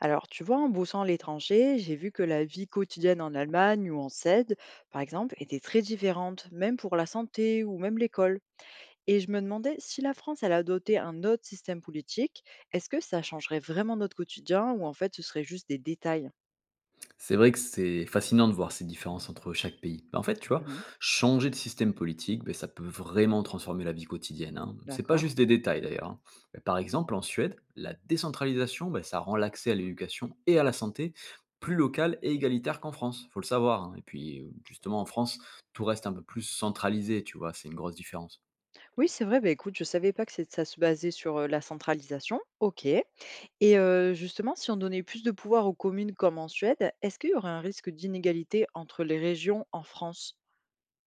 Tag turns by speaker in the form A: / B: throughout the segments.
A: Alors, tu vois, en bossant à l'étranger, j'ai vu que la vie quotidienne en Allemagne ou en Suède, par exemple, était très différente, même pour la santé ou même l'école. Et je me demandais si la France, elle a doté un autre système politique, est-ce que ça changerait vraiment notre quotidien ou en fait ce serait juste des détails?
B: C'est vrai que c'est fascinant de voir ces différences entre chaque pays. Ben, en fait, tu vois,
A: Mhm,
B: changer de système politique, ben, ça peut vraiment transformer la vie quotidienne, hein. C'est pas
A: d'accord.
B: juste des détails d'ailleurs, hein. Ben, par exemple, en Suède, la décentralisation, ben, ça rend l'accès à l'éducation et à la santé plus local et égalitaire qu'en France, faut le savoir, hein. Et puis, justement, en France, tout reste un peu plus centralisé, tu vois, c'est une grosse différence.
A: Oui, c'est vrai, bah écoute, je savais pas que ça se basait sur la centralisation. Ok. Et justement, si on donnait plus de pouvoir aux communes comme en Suède, est-ce qu'il y aurait un risque d'inégalité entre les régions en France?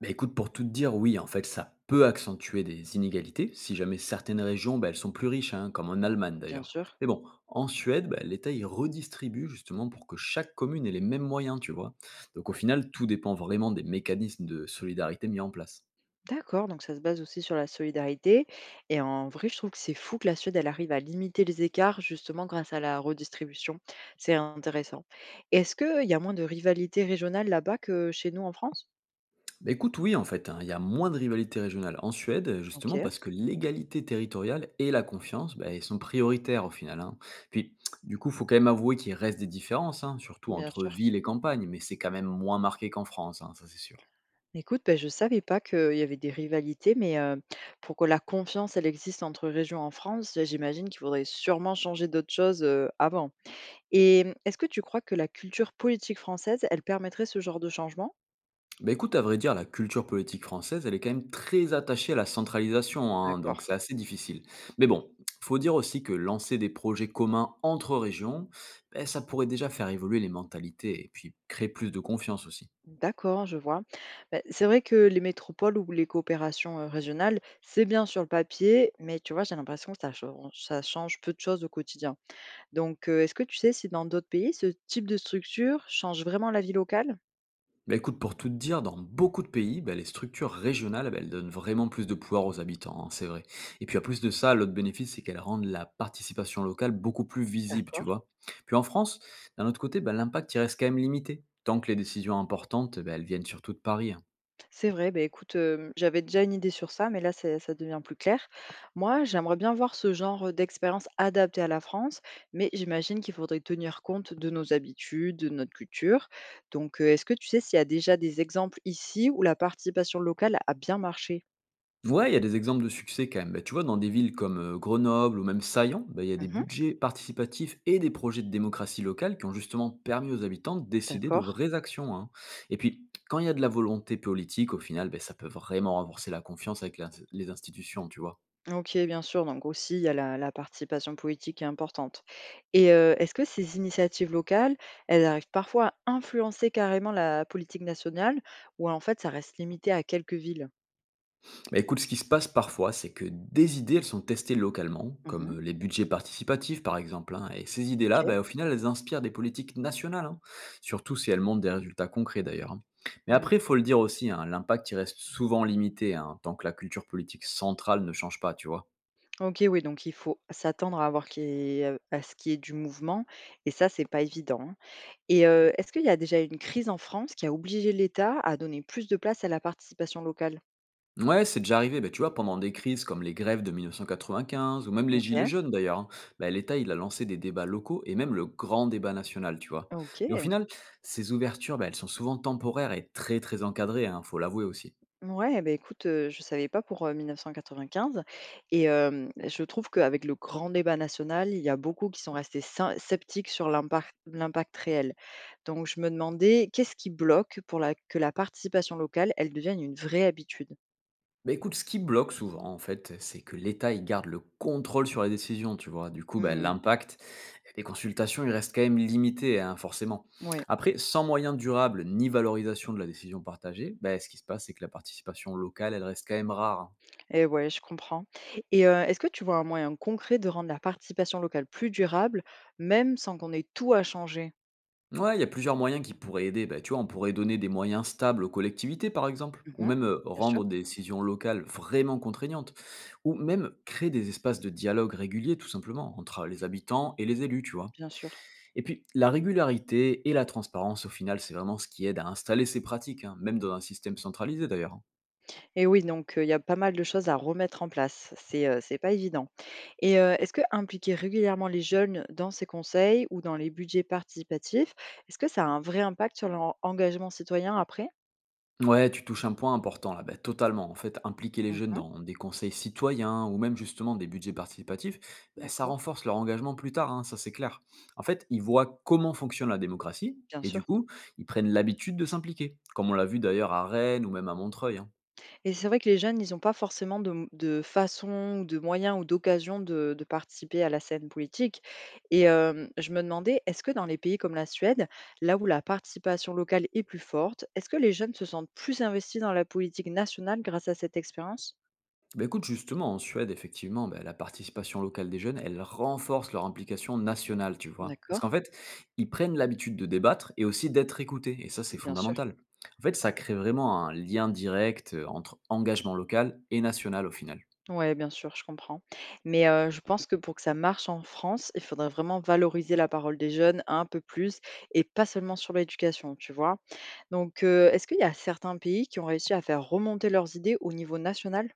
B: Bah, écoute, pour tout te dire, oui, en fait, ça peut accentuer des inégalités si jamais certaines régions, bah, elles sont plus riches, hein, comme en Allemagne
A: Bien
B: d'ailleurs.
A: sûr.
B: Mais bon, en Suède, bah, l'État il redistribue justement pour que chaque commune ait les mêmes moyens, tu vois. Donc au final, tout dépend vraiment des mécanismes de solidarité mis en place.
A: D'accord, donc ça se base aussi sur la solidarité. Et en vrai, je trouve que c'est fou que la Suède, elle arrive à limiter les écarts justement grâce à la redistribution. C'est intéressant. Est-ce qu'il y a moins de rivalité régionale là-bas que chez nous en France?
B: Bah, écoute, oui, en fait, hein, il y a moins de rivalité régionale en Suède,
A: Ok,
B: justement parce que l'égalité territoriale et la confiance bah, elles sont prioritaires au final, hein. Puis, du coup, faut quand même avouer qu'il reste des différences, hein, surtout
A: bien
B: entre
A: sûr.
B: ville et campagne, mais c'est quand même moins marqué qu'en France, hein, ça c'est sûr.
A: Écoute, ben, je ne savais pas qu'il y avait des rivalités, mais pour que la confiance, elle existe entre régions en France, j'imagine qu'il faudrait sûrement changer d'autres choses avant. Et est-ce que tu crois que la culture politique française, elle permettrait ce genre de changement?
B: Bah écoute, à vrai dire, la culture politique française, elle est quand même très attachée à la centralisation, hein,
A: D'accord.
B: donc c'est assez difficile. Mais bon, faut dire aussi que lancer des projets communs entre régions, bah, ça pourrait déjà faire évoluer les mentalités et puis créer plus de confiance aussi.
A: D'accord, je vois. Bah, c'est vrai que les métropoles ou les coopérations régionales, c'est bien sur le papier, mais tu vois, j'ai l'impression que ça change peu de choses au quotidien. Donc, est-ce que tu sais si dans d'autres pays, ce type de structure change vraiment la vie locale.
B: Bah écoute, pour tout te dire, dans beaucoup de pays, bah, les structures régionales, bah, elles donnent vraiment plus de pouvoir aux habitants, hein, c'est vrai. Et puis à plus de ça, l'autre bénéfice, c'est qu'elles rendent la participation locale beaucoup plus visible, tu
A: D'accord.
B: vois. Puis en France, d'un autre côté, bah, l'impact, il reste quand même limité, tant que les décisions importantes, bah, elles viennent surtout de Paris, hein.
A: C'est vrai, beh, écoute, j'avais déjà une idée sur ça, mais là, c'est ça devient plus clair. Moi, j'aimerais bien voir ce genre d'expérience adaptée à la France, mais j'imagine qu'il faudrait tenir compte de nos habitudes, de notre culture. Donc, est-ce que tu sais s'il y a déjà des exemples ici où la participation locale a bien marché?
B: Ouais, il y a des exemples de succès quand même. Bah, tu vois, dans des villes comme Grenoble ou même Saillant, bah, il y a des
A: Mmh.
B: budgets participatifs et des projets de démocratie locale qui ont justement permis aux habitants de décider de
A: D'accord.
B: vraies actions, hein. Et puis, quand il y a de la volonté politique, au final, bah, ça peut vraiment renforcer la confiance avec les institutions, tu vois.
A: OK, bien sûr, donc aussi il y a la participation politique qui est importante et est-ce que ces initiatives locales, elles arrivent parfois à influencer carrément la politique nationale ou en fait ça reste limité à quelques villes?
B: Bah, écoute, ce qui se passe parfois, c'est que des idées, elles sont testées localement,
A: Mmh.
B: comme les budgets participatifs par exemple, hein, et ces idées-là,
A: OK.
B: bah, au final, elles inspirent des politiques nationales, hein, surtout si elles montrent des résultats concrets d'ailleurs, hein. Mais
A: Mmh.
B: après, il faut le dire aussi, hein, l'impact il reste souvent limité hein, tant que la culture politique centrale ne change pas, tu vois.
A: OK, oui, donc il faut s'attendre à avoir à ce qu'il y ait du mouvement et ça, c'est pas évident, hein, et est-ce qu'il y a déjà une crise en France qui a obligé l'État à donner plus de place à la participation locale?
B: Ouais, c'est déjà arrivé, bah, tu vois, pendant des crises comme les grèves de 1995 ou même les gilets
A: OK.
B: jaunes d'ailleurs, hein, bah, l'État il a lancé des débats locaux et même le grand débat national, tu vois. Mais au
A: OK.
B: final, ces ouvertures, bah, elles sont souvent temporaires et très très encadrées, hein, faut l'avouer aussi.
A: Ouais, bah, écoute, je savais pas pour, 1995 et je trouve qu'avec le grand débat national, il y a beaucoup qui sont restés sin sceptiques sur l'impact réel. Donc je me demandais qu'est-ce qui bloque pour la que la participation locale, elle devienne une vraie habitude?
B: Bah écoute, ce qui bloque souvent en fait, c'est que l'État il garde le contrôle sur les décisions, tu vois. Du coup, bah,
A: Mmh,
B: l'impact des consultations il reste quand même limité, hein, forcément.
A: ouais,
B: Après, sans moyens durables ni valorisation de la décision partagée, bah, ce qui se passe c'est que la participation locale elle reste quand même rare, hein.
A: et ouais, je comprends et est-ce que tu vois un moyen concret de rendre la participation locale plus durable, même sans qu'on ait tout à changer?
B: Ouais, il y a plusieurs moyens qui pourraient aider. Bah, tu vois, on pourrait donner des moyens stables aux collectivités, par exemple, ou
A: Mmh.
B: même
A: Bien sûr,
B: rendre des décisions locales vraiment contraignantes, ou même créer des espaces de dialogue réguliers, tout simplement, entre les habitants et les élus, tu vois.
A: bien sûr.
B: Et puis, la régularité et la transparence, au final, c'est vraiment ce qui aide à installer ces pratiques, hein, même dans un système centralisé, d'ailleurs, hein.
A: Et oui, donc il y a pas mal de choses à remettre en place. C'est pas évident et est-ce que impliquer régulièrement les jeunes dans ces conseils ou dans les budgets participatifs, est-ce que ça a un vrai impact sur leur engagement citoyen après?
B: Ouais, tu touches un point important là, bah, totalement. En fait, impliquer les jeunes
A: Mmh.
B: dans des conseils citoyens ou même justement des budgets participatifs, bah, ça
A: D'accord,
B: renforce leur engagement plus tard, hein, ça c'est clair. En fait, ils voient comment fonctionne la démocratie
A: bien
B: et
A: sûr.
B: du coup, ils prennent l'habitude de s'impliquer, comme on l'a vu d'ailleurs à Rennes ou même à Montreuil, hein.
A: Et c'est vrai que les jeunes, ils ont pas forcément de façon ou de moyens ou d'occasion de participer à la scène politique et je me demandais, est-ce que dans les pays comme la Suède, là où la participation locale est plus forte, est-ce que les jeunes se sentent plus investis dans la politique nationale grâce à cette expérience?
B: Bah, écoute, justement, en Suède, effectivement, bah, la participation locale des jeunes, elle renforce leur implication nationale, tu vois. Parce
A: D'accord,
B: qu'en fait, ils prennent l'habitude de débattre et aussi d'être écoutés. Et ça, c'est
A: bien sûr.
B: fondamental. En fait, ça crée vraiment un lien direct entre engagement local et national au final.
A: Ouais, bien sûr, je comprends. Mais je pense que pour que ça marche en France, il faudrait vraiment valoriser la parole des jeunes un peu plus et pas seulement sur l'éducation, tu vois? Donc est-ce qu'il y a certains pays qui ont réussi à faire remonter leurs idées au niveau national?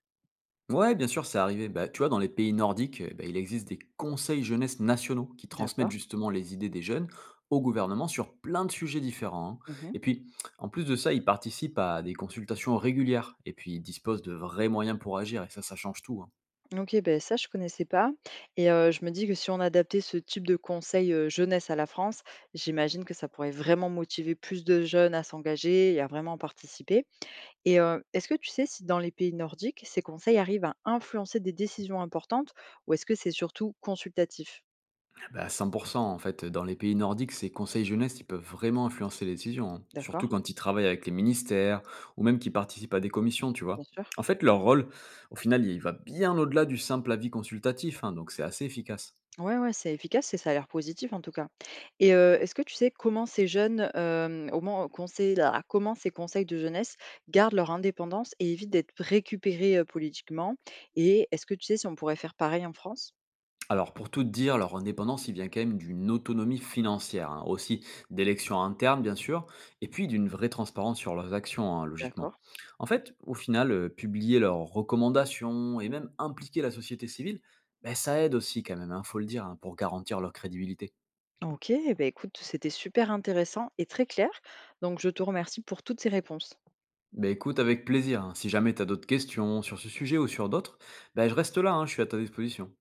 B: Ouais, bien sûr, c'est arrivé. Bah, tu vois, dans les pays nordiques, bah, il existe des conseils jeunesse nationaux qui transmettent
A: D'accord.
B: justement les idées des jeunes au gouvernement sur plein de sujets différents, hein.
A: Mmh.
B: Et puis, en plus de ça, ils participent à des consultations régulières et puis ils disposent de vrais moyens pour agir et ça change tout, hein.
A: OK, ben ça je connaissais pas et je me dis que si on adaptait ce type de conseil, jeunesse à la France, j'imagine que ça pourrait vraiment motiver plus de jeunes à s'engager et à vraiment participer. Et est-ce que tu sais si dans les pays nordiques, ces conseils arrivent à influencer des décisions importantes ou est-ce que c'est surtout consultatif?
B: Bah, 100% en fait, dans les pays nordiques, ces conseils jeunesse, ils peuvent vraiment influencer les décisions, hein, surtout
A: D'accord,
B: quand ils travaillent avec les ministères ou même qu'ils participent à des commissions, tu
A: bien
B: vois.
A: sûr.
B: En fait, leur rôle, au final, il va bien au-delà du simple avis consultatif, hein, donc c'est assez efficace.
A: Ouais, ouais, c'est efficace et ça a l'air positif en tout cas. Et est-ce que tu sais comment ces jeunes, hem, au ment conseil la comment ces conseils de jeunesse gardent leur indépendance et évitent d'être récupérés, politiquement? Et est-ce que tu sais si on pourrait faire pareil en France?
B: Alors pour tout te dire, leur indépendance, il vient quand même d'une autonomie financière, hein, aussi d'élections internes bien sûr, et puis d'une vraie transparence sur leurs actions, hein, logiquement.
A: D'accord.
B: En fait, au final, publier leurs recommandations et même impliquer la société civile, ben, ça aide aussi quand même, il faut le dire, hein, pour garantir leur crédibilité.
A: OK, eh bah, écoute, c'était super intéressant et très clair, donc je te remercie pour toutes ces réponses.
B: Ben écoute, avec plaisir, hein, si jamais tu as d'autres questions sur ce sujet ou sur d'autres, ben, je reste là, hein, je suis à ta disposition.